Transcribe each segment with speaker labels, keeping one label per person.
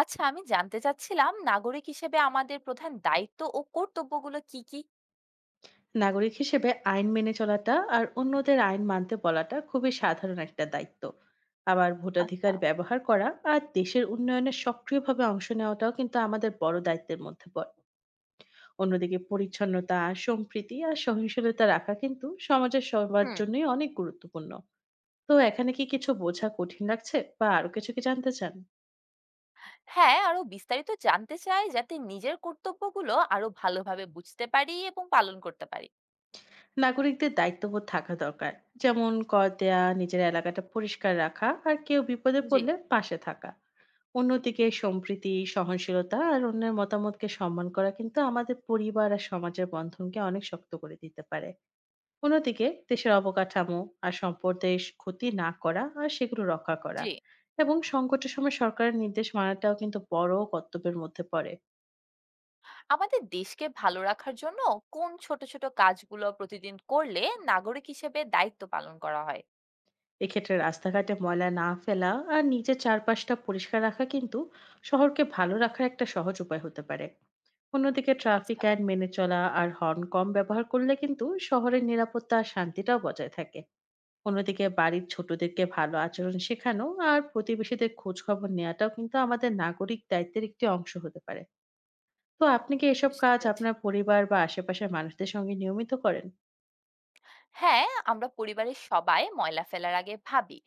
Speaker 1: আচ্ছা, আমি জানতে চাচ্ছিলাম নাগরিক হিসেবে আমাদের প্রধান দায়িত্ব ও কর্তব্যগুলো কি?
Speaker 2: নাগরিক হিসেবে আইন মেনে চলাটা আর অন্যদের আইন মানতে বলাটা খুবই সাধারণ একটা দায়িত্ব। আবার
Speaker 1: আচ্ছা।
Speaker 2: ভোটাধিকার ব্যবহার করা আর দেশের উন্নয়নে সক্রিয়ভাবে অংশ নেওয়াটাও কিন্তু আমাদের বড় দায়িত্বের মধ্যে পড়ে। অন্যদিকে পরিচ্ছন্নতা, সম্প্রীতি আর সহিংসতা রাখা কিন্তু সমাজের সবার
Speaker 1: হুম।
Speaker 2: জন্যই অনেক গুরুত্বপূর্ণ। তো এখানে কি কিছু বোঝা কঠিন লাগছে, বা আরো কিছু কি জানতে চান?
Speaker 1: হ্যাঁ, আরো বিস্তারিত জানতে চাই যাতে নিজের কর্তব্যগুলো আরো ভালোভাবে বুঝতে পারি এবং পালন করতে পারি।
Speaker 2: নাগরিকদের দায়িত্ববোধ থাকা দরকার, যেমন কর দেয়া, নিজের এলাকাটা পরিষ্কার রাখা আর কেউ বিপদে
Speaker 1: জি,
Speaker 2: পড়লে পাশে থাকা। অন্যদিকে সম্প্রীতি, সহনশীলতা আর অন্যের মতামতকে সম্মান করা কিন্তু আমাদের পরিবার আর সমাজের বন্ধনকে অনেক শক্ত করে দিতে পারে। অন্যদিকে দেশের অবকাঠামো আর সম্পদের ক্ষতি না করা আর সেগুলো রক্ষা করা
Speaker 1: জি।
Speaker 2: এবং সংকটের সময় সরকারের নির্দেশ মানাটাও কিন্তু বড় কর্তব্যের মধ্যে পড়ে।
Speaker 1: আমাদের দেশকে ভালো রাখার জন্য কোন ছোট, ছোট কাজগুলো প্রতিদিন করলে নাগরিক হিসেবে দায়িত্ব পালন করা হয়?
Speaker 2: এক্ষেত্রে রাস্তাঘাটে ময়লা না ফেলা আর নিজের চারপাশটা পরিষ্কার রাখা কিন্তু শহরকে ভালো রাখার একটা সহজ উপায় হতে পারে। অন্যদিকে ট্রাফিক
Speaker 1: আচ্ছা,
Speaker 2: আইন মেনে চলা আর হর্ন কম ব্যবহার করলে কিন্তু শহরের নিরাপত্তা আর শান্তিটাও বজায় থাকে। অন্যদিকে বাড়ির ছোটদেরকে ভালো আচরণ শেখানো আর প্রতিবেশীদের খোঁজ খবর নেওয়াটাও কিন্তু আমাদের নাগরিক দায়িত্বের একটি অংশ হতে পারে। তো আপনি কি এসব
Speaker 1: বুঝতে
Speaker 2: কাজ
Speaker 1: পেরেছি।
Speaker 2: আপনার পরিবার বা আশেপাশের মানুষদের সঙ্গে নিয়মিত করেন?
Speaker 1: হ্যাঁ, আমরা পরিবারের সবাই ময়লা ফেলার আগে ভাবি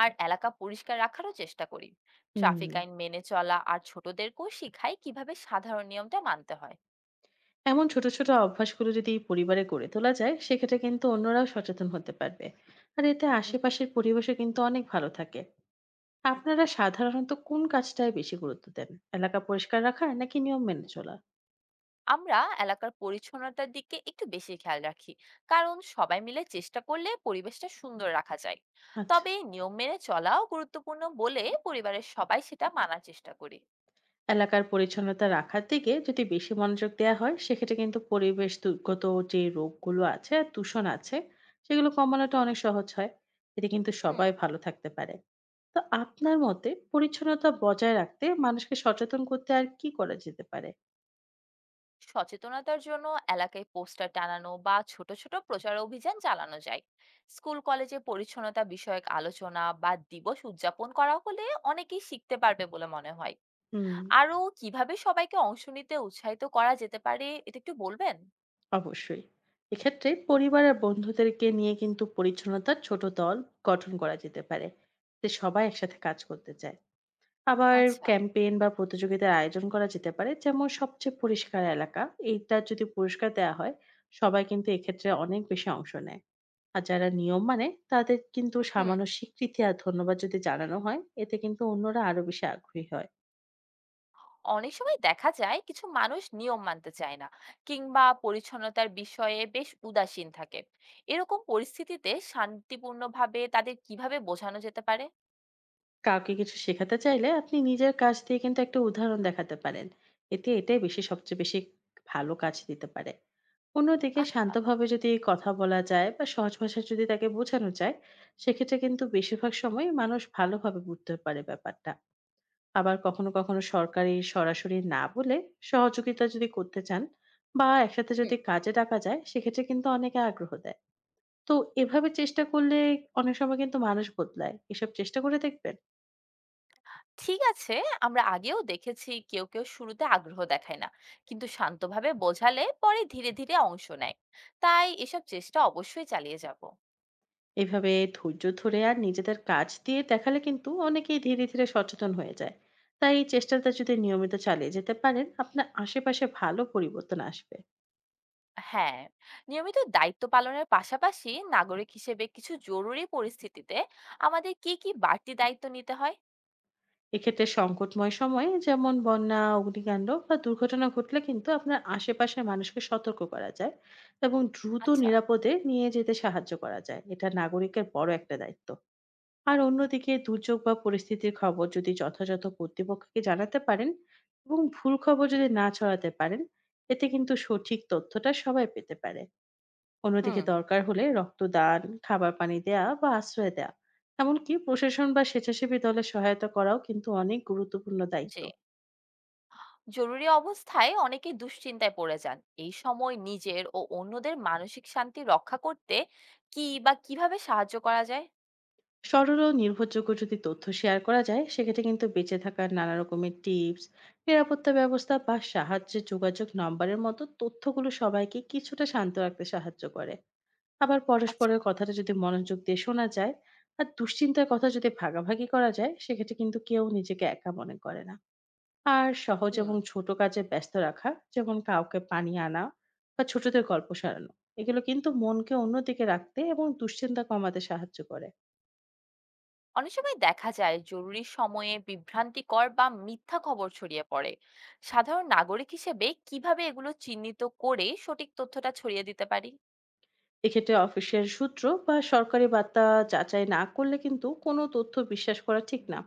Speaker 1: আর এলাকা পরিষ্কার রাখারও চেষ্টা করি।
Speaker 2: হুম।
Speaker 1: ট্রাফিক আইন মেনে চলা আর ছোটদেরকেও শিখাই কিভাবে সাধারণ নিয়মটা মানতে হয়।
Speaker 2: এমন ছোট ছোট অভ্যাসগুলো যদি পরিবারে গড়ে তোলা যায় সেক্ষেত্রে কিন্তু অন্যরাও সচেতন হতে পারবে। আর এতে
Speaker 1: জি।
Speaker 2: আশেপাশের পরিবেশও কিন্তু অনেক ভালো থাকে। আপনারা সাধারণত কোন কাজটায় বেশি গুরুত্ব দেন? এলাকা পরিষ্কার রাখা নাকি নিয়ম মেনে চলা?
Speaker 1: আমরা এলাকার পরিচ্ছন্নতার দিকে একটু বেশি খেয়াল রাখি, কারণ সবাই মিলে চেষ্টা করলে পরিবেশটা সুন্দর রাখা যায়।
Speaker 2: আচ্ছা।
Speaker 1: তবে নিয়ম মেনে চলাও গুরুত্বপূর্ণ বলে পরিবারের সবাই সেটা মানার চেষ্টা করি।
Speaker 2: এলাকার পরিচ্ছন্নতা রাখার দিকে যদি বেশি মনোযোগ দেয়া হয় সেক্ষেত্রে কিন্তু পরিবেশগত যে রোগগুলো আছে আর দূষণ আছে, সেগুলো কমানোটা অনেক সহজ হয়। এতে কিন্তু
Speaker 1: হুম।
Speaker 2: সবাই ভালো থাকতে পারে। তো আপনার মতে পরিচ্ছন্নতা বজায় রাখতে মানুষকে সচেতন করতে আর কি করা যেতে পারে?
Speaker 1: সচেতনতার জন্য এলাকায় পোস্টার টানানো বা ছোট ছোট প্রচার অভিযান চালানো যায়। স্কুল কলেজে পরিচ্ছন্নতা বিষয়ক আলোচনা বা দিবস উদযাপন করা হলে অনেকেই শিখতে পারবে বলে মনে হয়।
Speaker 2: হুম।
Speaker 1: আরো কিভাবে সবাইকে অংশ নিতে উৎসাহিত করা যেতে পারে, এটা একটু বলবেন?
Speaker 2: অবশ্যই। এক্ষেত্রে পরিবার আর বন্ধুদেরকে নিয়ে কিন্তু পরিচ্ছন্নতার ছোট দল গঠন করা যেতে পারে। যে সবাই একসাথে কাজ করতে চায়। আবার
Speaker 1: আচ্ছা।
Speaker 2: ক্যাম্পেইন বা প্রতিযোগিতার আয়োজন করা যেতে পারে। যেমন সবচেয়ে পরিষ্কার এলাকা, এইটা যদি পুরস্কার দেওয়া হয়, সবাই কিন্তু এক্ষেত্রে অনেক বেশি অংশ নেয়। আর যারা নিয়ম মানে তাদের কিন্তু
Speaker 1: হুম।
Speaker 2: সামান্য স্বীকৃতি আর ধন্যবাদ যদি জানানো হয়, এতে কিন্তু অন্যরা আরো বেশি আগ্রহী হয়।
Speaker 1: অনেক সময় দেখা যায় কিছু মানুষ নিয়ম মানতে চায় না, কিংবা পরিচ্ছন্নতার বিষয়ে বেশ উদাসীন থাকে। এরকম পরিস্থিতিতে শান্তিপূর্ণভাবে তাদের কিভাবে বোঝানো যেতে পারে?
Speaker 2: কাউকে কিছু শেখাতে চাইলে আপনি নিজের কাজ দিয়ে কিন্তু একটা উদাহরণ দেখাতে পারেন। এতে এটাই সবচেয়ে বেশি ভালো কাজ দিতে পারে। অন্যদিকে
Speaker 1: আচ্ছা।
Speaker 2: শান্তভাবে যদি কথা বলা যায় বা সহজ ভাষায় যদি তাকে বোঝানো যায় সেক্ষেত্রে কিন্তু বেশিরভাগ সময় মানুষ ভালোভাবে বুঝতে পারে ব্যাপারটা। আবার কখনো কখনো সরকারি সরাসরি না বলে সহযোগিতা যদি করতে চান বা একসাথে
Speaker 1: হুম।
Speaker 2: যদি কাজে ডাকা যায় সেক্ষেত্রে কিন্তু অনেকে আগ্রহ দেয়। তো এভাবে চেষ্টা করলে অনেক সময় কিন্তু মানুষ বদলায়, এসব চেষ্টা করে দেখবেন।
Speaker 1: ঠিক আছে। আমরা আগেও দেখেছি কেউ কেউ শুরুতে আগ্রহ দেখায় না, কিন্তু শান্তভাবে বোঝালে পরে ধীরে ধীরে অংশ নেয়। তাই এসব চেষ্টা অবশ্যই চালিয়ে যাব।
Speaker 2: এভাবে ধৈর্য ধরে আর নিজেদের কাজ দিয়ে দেখালে কিন্তু অনেকেই ধীরে ধীরে সচেতন হয়ে যায়। তাই এই চেষ্টাটা যদি নিয়মিত চালিয়ে যেতে পারেন আপনার আশেপাশে ভালো পরিবর্তন আসবে।
Speaker 1: হ্যাঁ, নিয়মিত দায়িত্ব পালনের পাশাপাশি নাগরিক হিসেবে কিছু জরুরি পরিস্থিতিতে আমাদের কি কি বাড়তি দায়িত্ব নিতে হয়?
Speaker 2: এক্ষেত্রে সংকটময় সময়ে যেমন বন্যা, অগ্নিকাণ্ড বা দুর্ঘটনা ঘটলে কিন্তু আপনার আশেপাশের মানুষকে সতর্ক করা যায় এবং দ্রুত
Speaker 1: আচ্ছা।
Speaker 2: নিরাপদে নিয়ে যেতে সাহায্য করা যায়, এটা নাগরিকের বড় একটা দায়িত্ব। আর অন্যদিকে দুর্যোগ বা পরিস্থিতির খবর যদি যথাযথ কর্তৃপক্ষকে জানাতে পারেন এবং ভুল খবর যদি না ছড়াতে পারেন, এতে কিন্তু সঠিক তথ্যটা সবাই পেতে পারে। অন্যদিকে
Speaker 1: হুম।
Speaker 2: দরকার হলে রক্তদান, খাবার পানি দেয়া বা আশ্রয় দেয়া, এমনকি প্রশাসন বা স্বেচ্ছাসেবী দলের সহায়তা করাও কিন্তু অনেক গুরুত্বপূর্ণ দায়িত্ব।
Speaker 1: জি। জরুরি অবস্থায় অনেকে দুশ্চিন্তায় পড়ে যান। এই সময় নিজের ও অন্যদের মানসিক শান্তি রক্ষা করতে কি বা কিভাবে সাহায্য করা যায়?
Speaker 2: সরল ও নির্ভরযোগ্য যদি তথ্য শেয়ার করা যায় সেক্ষেত্রে কিন্তু বেঁচে থাকার নানা রকমের টিপস, নিরাপত্তা ব্যবস্থা বা সাহায্যের যোগাযোগ নম্বরের মতো তথ্যগুলো সবাইকে কিছুটা শান্ত রাখতে সাহায্য করে। আবার
Speaker 1: আচ্ছা।
Speaker 2: পরস্পরের কথাটা যদি মনোযোগ দিয়ে শোনা যায় আর দুশ্চিন্তার কথা যদি ভাগাভাগি করা যায় সেক্ষেত্রে কিন্তু কেউ নিজেকে একা মনে করে না। আর সহজ
Speaker 1: হুম।
Speaker 2: এবং ছোট কাজে ব্যস্ত রাখা, যেমন কাউকে পানি আনা বা ছোটদের গল্প শোনানো, এগুলো কিন্তু মনকে অন্যদিকে রাখতে এবং দুশ্চিন্তা কমাতে সাহায্য করে।
Speaker 1: অনেক সময় দেখা যায় জরুরি সময়ে বিভ্রান্তিকর বা মিথ্যা খবর ছড়িয়ে পড়ে। সাধারণ নাগরিক হিসেবে কিভাবে এগুলো চিহ্নিত করে সঠিক তথ্যটা ছড়িয়ে দিতে পারি?
Speaker 2: এক্ষেত্রে অফিসিয়াল সূত্র বা সরকারি বার্তা যাচাই না করলে কিন্তু কোনো তথ্য বিশ্বাস করা ঠিক না।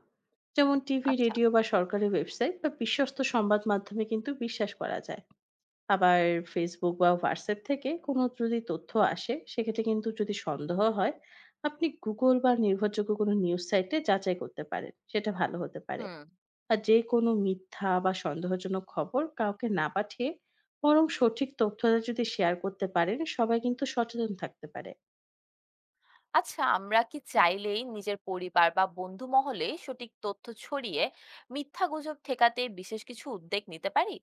Speaker 2: যেমন টিভি,
Speaker 1: আচ্ছা।
Speaker 2: রেডিও বা সরকারি ওয়েবসাইট বা বিশ্বস্ত সংবাদ মাধ্যমে কিন্তু বিশ্বাস করা যায়। আবার ফেসবুক বা হোয়াটসঅ্যাপ থেকে কোনো যদি তথ্য আসে সেক্ষেত্রে কিন্তু যদি সন্দেহ হয়, আপনি গুগল বা নির্ভরযোগ্য কোনো নিউজ সাইটে যাচাই করতে পারেন, সেটা ভালো হতে পারে।
Speaker 1: হুম।
Speaker 2: আর যে কোনো মিথ্যা বা সন্দেহজনক খবর কাউকে না পাঠিয়ে বরং সঠিক তথ্যটা যদি শেয়ার করতে পারেন, সবাই কিন্তু সচেতন থাকতে পারে।
Speaker 1: আচ্ছা, আমরা কি চাইলেই নিজের পরিবার বা বন্ধু মহলে সঠিক তথ্য ছড়িয়ে মিথ্যা গুজব ঠেকাতে বিশেষ কিছু উদ্যোগ নিতে পারি?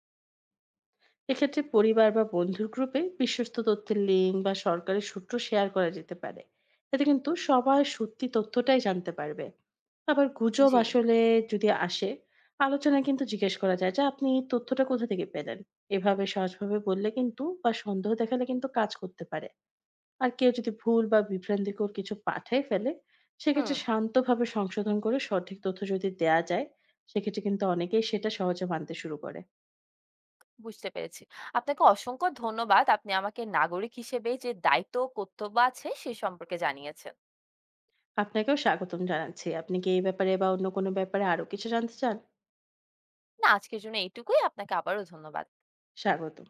Speaker 2: এক্ষেত্রে পরিবার বা বন্ধুর গ্রুপে বিশ্বস্ত তথ্যের লিঙ্ক বা সরকারের সূত্র শেয়ার করা যেতে পারে, এতে কিন্তু সবাই সত্যি তথ্যটাই জানতে পারবে। আবার গুজব
Speaker 1: জি।
Speaker 2: আসলে যদি আসে, আলোচনায় কিন্তু জিজ্ঞেস করা যায় যে আপনি এই তথ্যটা কোথা থেকে পেলেন। এভাবে সহজভাবে বললে কিন্তু বা সন্দেহ দেখালে কিন্তু কাজ করতে পারে। আর কেউ যদি ভুল বা বিভ্রান্তিকর কিছু পাঠায় ফেলে
Speaker 1: হুম।
Speaker 2: সেক্ষেত্রে শান্তভাবে সংশোধন করে সঠিক তথ্য যদি দেয়া যায় সেক্ষেত্রে কিন্তু অনেকেই সেটা সহজে মানতে শুরু করে।
Speaker 1: বুঝতে পেরেছি। আপনাকে অসংখ্য ধন্যবাদ, আপনি আমাকে নাগরিক হিসেবে যে দায়িত্ব ও কর্তব্য আছে সে সম্পর্কে জানিয়েছেন।
Speaker 2: আপনাকেও স্বাগতম জানাচ্ছি। আপনি কি এই ব্যাপারে বা অন্য কোনো ব্যাপারে আরো কিছু জানতে চান?
Speaker 1: না, আজকের জন্য এইটুকুই। আপনাকে আবারও ধন্যবাদ।
Speaker 2: স্বাগতম।